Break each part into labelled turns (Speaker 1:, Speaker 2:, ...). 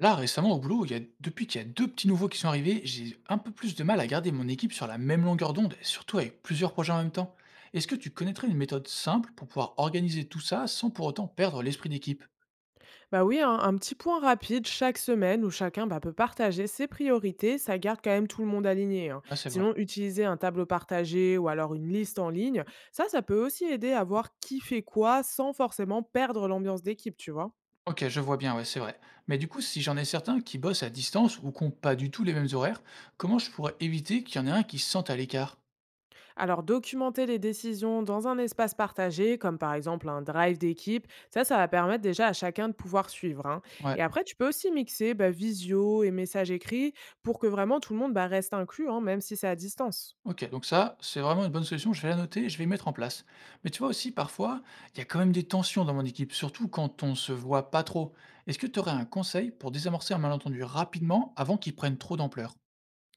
Speaker 1: Là, récemment, au boulot, il y a, depuis qu'il y a deux petits nouveaux qui sont arrivés, j'ai un peu plus de mal à garder mon équipe sur la même longueur d'onde, et surtout avec plusieurs projets en même temps. Est-ce que tu connaîtrais une méthode simple pour pouvoir organiser tout ça sans pour autant perdre l'esprit d'équipe?
Speaker 2: Bah oui, un petit point rapide chaque semaine où chacun bah, peut partager ses priorités, ça garde quand même tout le monde aligné, hein.
Speaker 1: Ah, c'est vrai.
Speaker 2: Sinon, utiliser un tableau partagé ou alors une liste en ligne, ça peut aussi aider à voir qui fait quoi sans forcément perdre l'ambiance d'équipe, tu vois.
Speaker 1: Ok, je vois bien, ouais, c'est vrai. Mais du coup, si j'en ai certains qui bossent à distance ou qui n'ont pas du tout les mêmes horaires, comment je pourrais éviter qu'il y en ait un qui se sente à l'écart?
Speaker 2: Alors, documenter les décisions dans un espace partagé, comme par exemple un drive d'équipe, ça va permettre déjà à chacun de pouvoir suivre, hein.
Speaker 1: Ouais.
Speaker 2: Et après, tu peux aussi mixer bah, visio et messages écrits pour que vraiment tout le monde bah, reste inclus, hein, même si c'est à distance.
Speaker 1: OK, donc ça, c'est vraiment une bonne solution. Je vais la noter et je vais y mettre en place. Mais tu vois aussi, parfois, il y a quand même des tensions dans mon équipe, surtout quand on se voit pas trop. Est-ce que tu aurais un conseil pour désamorcer un malentendu rapidement avant qu'il prenne trop d'ampleur?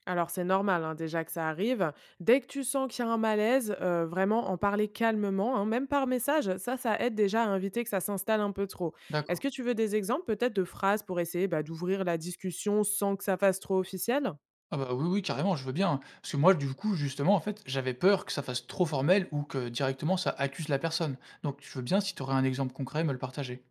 Speaker 2: Alors c'est normal, hein, déjà que ça arrive. Dès que tu sens qu'il y a un malaise, vraiment en parler calmement, hein, même par message, ça aide déjà à inviter que ça s'installe un peu trop. Est-ce
Speaker 1: D'accord.
Speaker 2: que tu veux des exemples peut-être de phrases pour essayer bah, d'ouvrir la discussion sans que ça fasse trop officiel?
Speaker 1: Ah bah oui, oui, carrément, je veux bien, hein. Parce que moi, du coup, justement, en fait, j'avais peur que ça fasse trop formel ou que directement ça accuse la personne. Donc, je veux bien, si tu aurais un exemple concret, me le partager.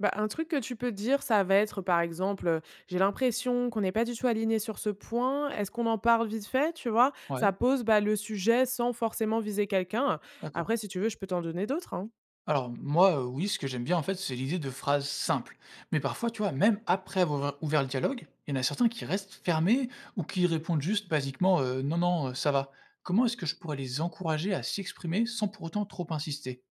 Speaker 2: Bah, un truc que tu peux dire, ça va être par exemple, j'ai l'impression qu'on n'est pas du tout aligné sur ce point, est-ce qu'on en parle vite fait, tu vois? Ça
Speaker 1: Ouais,
Speaker 2: pose bah, le sujet sans forcément viser quelqu'un.
Speaker 1: d'accord.
Speaker 2: Après, si tu veux, je peux t'en donner d'autres, hein.
Speaker 1: Alors moi, oui, ce que j'aime bien, en fait, c'est l'idée de phrases simples. Mais parfois, tu vois, même après avoir ouvert le dialogue, il y en a certains qui restent fermés ou qui répondent juste basiquement, «Non, non, ça va». Comment est-ce que je pourrais les encourager à s'exprimer sans pour autant trop insister?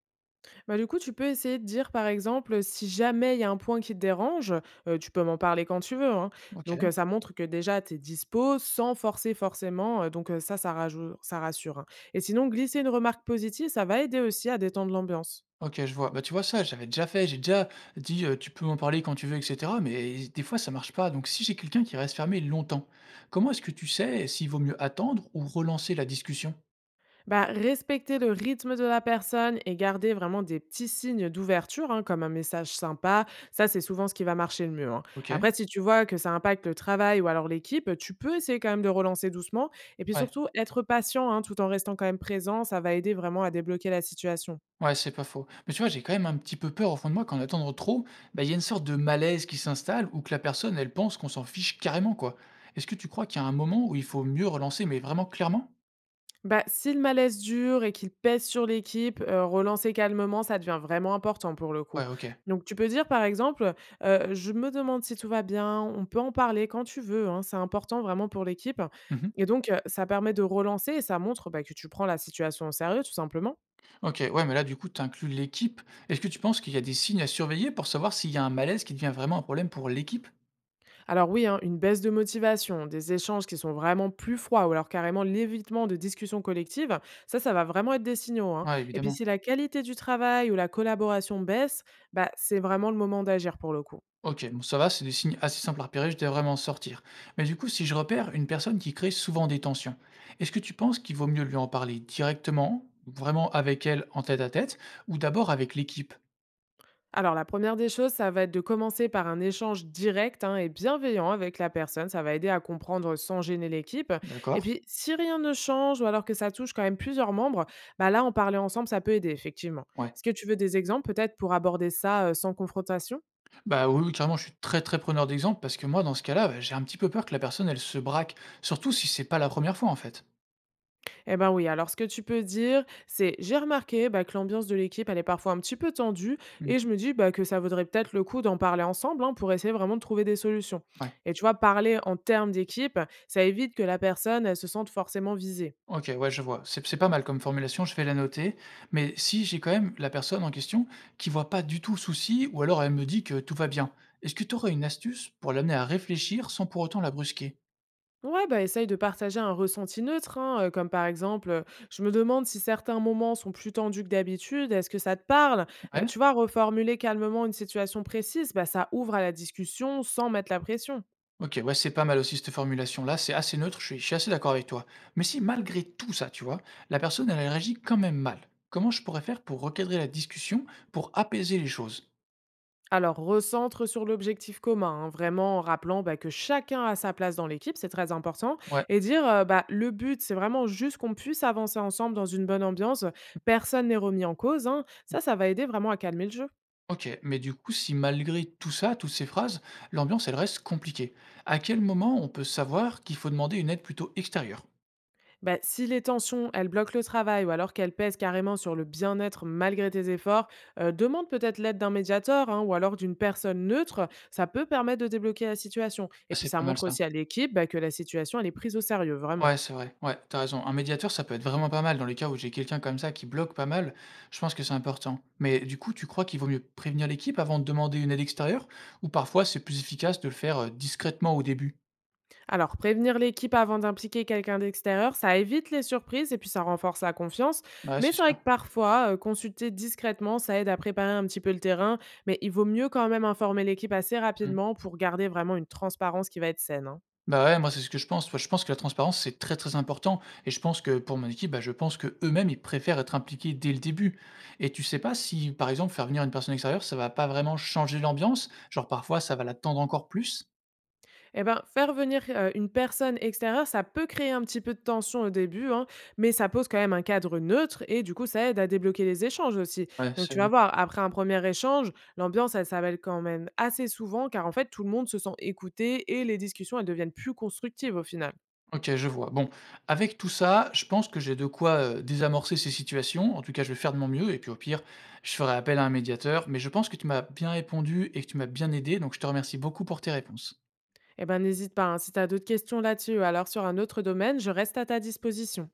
Speaker 2: Bah, du coup, tu peux essayer de dire, par exemple, si jamais il y a un point qui te dérange, tu peux m'en parler quand tu veux, hein. Donc,
Speaker 1: OK,
Speaker 2: ça montre que déjà tu es dispo sans forcer forcément, donc, ça, ça rajou ça rassure, hein. Et sinon, glisser une remarque positive, ça va aider aussi à détendre l'ambiance.
Speaker 1: OK, je vois. Bah, tu vois, ça, j'avais déjà fait, j'ai déjà dit, «Tu peux m'en parler quand tu veux», et cetera, mais des fois, ça marche pas. Donc si j'ai quelqu'un qui reste fermé longtemps, comment est-ce que tu sais s'il vaut mieux attendre ou relancer la discussion?
Speaker 2: Bah, respecter le rythme de la personne et garder vraiment des petits signes d'ouverture, hein, comme un message sympa, ça c'est souvent ce qui va marcher le mieux, hein.
Speaker 1: OK,
Speaker 2: Après, si tu vois que ça impacte le travail ou alors l'équipe, tu peux essayer quand même de relancer doucement. Et puis
Speaker 1: ouais.
Speaker 2: surtout, être patient, hein, tout en restant quand même présent, ça va aider vraiment à débloquer la situation.
Speaker 1: Ouais, c'est pas faux. Mais tu vois, j'ai quand même un petit peu peur au fond de moi qu'en attendant trop, bah, il y a une sorte de malaise qui s'installe ou que la personne, elle pense qu'on s'en fiche carrément, quoi. Est-ce que tu crois qu'il y a un moment où il faut mieux relancer, mais vraiment clairement?
Speaker 2: Bah, si le malaise dure et qu'il pèse sur l'équipe, relancer calmement, ça devient vraiment important pour le coup.
Speaker 1: Ouais, ok.
Speaker 2: Donc tu peux dire par exemple, «Je me demande si tout va bien, on peut en parler quand tu veux, hein, c'est important vraiment pour l'équipe»,
Speaker 1: Mhm.
Speaker 2: et donc ça permet de relancer et ça montre, bah, que tu prends la situation au sérieux tout simplement.
Speaker 1: Ok, ouais, mais là, du coup, tu inclus l'équipe. Est-ce que tu penses qu'il y a des signes à surveiller pour savoir s'il y a un malaise qui devient vraiment un problème pour l'équipe?
Speaker 2: Alors oui, hein, une baisse de motivation, des échanges qui sont vraiment plus froids ou alors carrément l'évitement de discussions collectives, ça va vraiment être des signaux, hein.
Speaker 1: Ouais,
Speaker 2: Et puis
Speaker 1: évidemment.
Speaker 2: si la qualité du travail ou la collaboration baisse, bah, c'est vraiment le moment d'agir pour le coup.
Speaker 1: Ok, bon ça va, c'est des signes assez simples à repérer, je devrais vraiment en sortir. Mais du coup, si je repère une personne qui crée souvent des tensions, est-ce que tu penses qu'il vaut mieux lui en parler directement, vraiment avec elle en tête à tête, ou d'abord avec l'équipe?
Speaker 2: Alors la première des choses, ça va être de commencer par un échange direct, hein, et bienveillant avec la personne. Ça va aider à comprendre sans gêner l'équipe. Et
Speaker 1: D'accord.
Speaker 2: puis si rien ne change ou alors que ça touche quand même plusieurs membres, bah là en parler ensemble, ça peut aider effectivement.
Speaker 1: Ouais.
Speaker 2: Est-ce que tu veux des exemples peut-être pour aborder ça sans confrontation?
Speaker 1: Bah oui, oui, carrément, je suis très très preneur d'exemple parce que moi, dans ce cas-là, bah, j'ai un petit peu peur que la personne, elle se braque, surtout si c'est pas la première fois en fait.
Speaker 2: Eh ben oui, alors ce que tu peux dire, c'est j'ai remarqué bah, que l'ambiance de l'équipe, elle est parfois un petit peu tendue, et je
Speaker 1: Mhm.
Speaker 2: me dis bah, que ça vaudrait peut-être le coup d'en parler ensemble, hein, pour essayer vraiment de trouver des solutions.
Speaker 1: Ouais.
Speaker 2: Et tu vois, parler en termes d'équipe, ça évite que la personne, elle se sente forcément visée.
Speaker 1: OK, ouais, je vois. C'est pas mal comme formulation, je vais la noter. Mais si j'ai quand même la personne en question qui voit pas du tout le souci ou alors elle me dit que tout va bien, est-ce que tu aurais une astuce pour l'amener à réfléchir sans pour autant la brusquer?
Speaker 2: Ouais, bah essaye de partager un ressenti neutre, hein, comme par exemple, je me demande si certains moments sont plus tendus que d'habitude, est-ce que ça te parle?
Speaker 1: Ouais.
Speaker 2: Tu vois, reformuler calmement une situation précise, bah, ça ouvre à la discussion sans mettre la pression.
Speaker 1: OK, ouais, c'est pas mal aussi cette formulation-là, c'est assez neutre, je suis assez d'accord avec toi. Mais si malgré tout ça, tu vois, la personne, elle réagit quand même mal, comment je pourrais faire pour recadrer la discussion, pour apaiser les choses?
Speaker 2: Alors, recentre sur l'objectif commun, hein, vraiment en rappelant bah, que chacun a sa place dans l'équipe, c'est très important.
Speaker 1: Ouais.
Speaker 2: Et dire, bah, le but, c'est vraiment juste qu'on puisse avancer ensemble dans une bonne ambiance, personne n'est remis en cause, hein. Ça va aider vraiment à calmer le jeu.
Speaker 1: OK, mais du coup, si malgré tout ça, toutes ces phrases, l'ambiance, elle reste compliquée, à quel moment on peut savoir qu'il faut demander une aide plutôt extérieure?
Speaker 2: Bah, si les tensions, elles bloquent le travail ou alors qu'elles pèsent carrément sur le bien-être malgré tes efforts, demande peut-être l'aide d'un médiateur, hein, ou alors d'une personne neutre. Ça peut permettre de débloquer la situation. Et
Speaker 1: Ah,
Speaker 2: puis,
Speaker 1: c'est
Speaker 2: ça
Speaker 1: pas mal
Speaker 2: montre
Speaker 1: ça.
Speaker 2: aussi à l'équipe bah, que la situation, elle est prise au sérieux, vraiment.
Speaker 1: Ouais, c'est vrai. Ouais, t'as raison. Un médiateur, ça peut être vraiment pas mal dans les cas où j'ai quelqu'un comme ça qui bloque pas mal. Je pense que c'est important. Mais du coup, tu crois qu'il vaut mieux prévenir l'équipe avant de demander une aide extérieure? Ou parfois, c'est plus efficace de le faire discrètement au début?
Speaker 2: Alors, prévenir l'équipe avant d'impliquer quelqu'un d'extérieur, ça évite les surprises et puis ça renforce la confiance.
Speaker 1: Ouais,
Speaker 2: Mais
Speaker 1: c'est
Speaker 2: c'est vrai
Speaker 1: sûr.
Speaker 2: que parfois, consulter discrètement, ça aide à préparer un petit peu le terrain. Mais il vaut mieux quand même informer l'équipe assez
Speaker 1: Mmh.
Speaker 2: rapidement pour garder vraiment une transparence qui va être saine, hein.
Speaker 1: Bah, ouais, moi, c'est ce que je pense. Ouais, je pense que la transparence, c'est très, très important et je pense que pour mon équipe, bah, je pense que eux mêmes ils préfèrent être impliqués dès le début et tu sais pas si, par exemple, faire venir une personne extérieure, ça va pas vraiment changer l'ambiance? Genre, parfois, ça va la tendre encore plus?
Speaker 2: Et ben, faire venir, une personne extérieure, ça peut créer un petit peu de tension au début, hein, mais ça pose quand même un cadre neutre et du coup, ça aide à débloquer les échanges aussi.
Speaker 1: Ouais,
Speaker 2: Donc
Speaker 1: c'est
Speaker 2: tu vas
Speaker 1: vrai.
Speaker 2: voir, après un premier échange, l'ambiance, elle s'appelle quand même assez souvent car en fait, tout le monde se sent écouté et les discussions, elles deviennent plus constructives au final.
Speaker 1: OK, je vois. Bon, avec tout ça, je pense que j'ai de quoi, désamorcer ces situations. En tout cas, je vais faire de mon mieux et puis, au pire, je ferai appel à un médiateur mais je pense que tu m'as bien répondu et que tu m'as bien aidé donc je te remercie beaucoup pour tes réponses.
Speaker 2: Et ben, n'hésite pas, hein, si tu as d'autres questions là-dessus ou alors sur un autre domaine, je reste à ta disposition.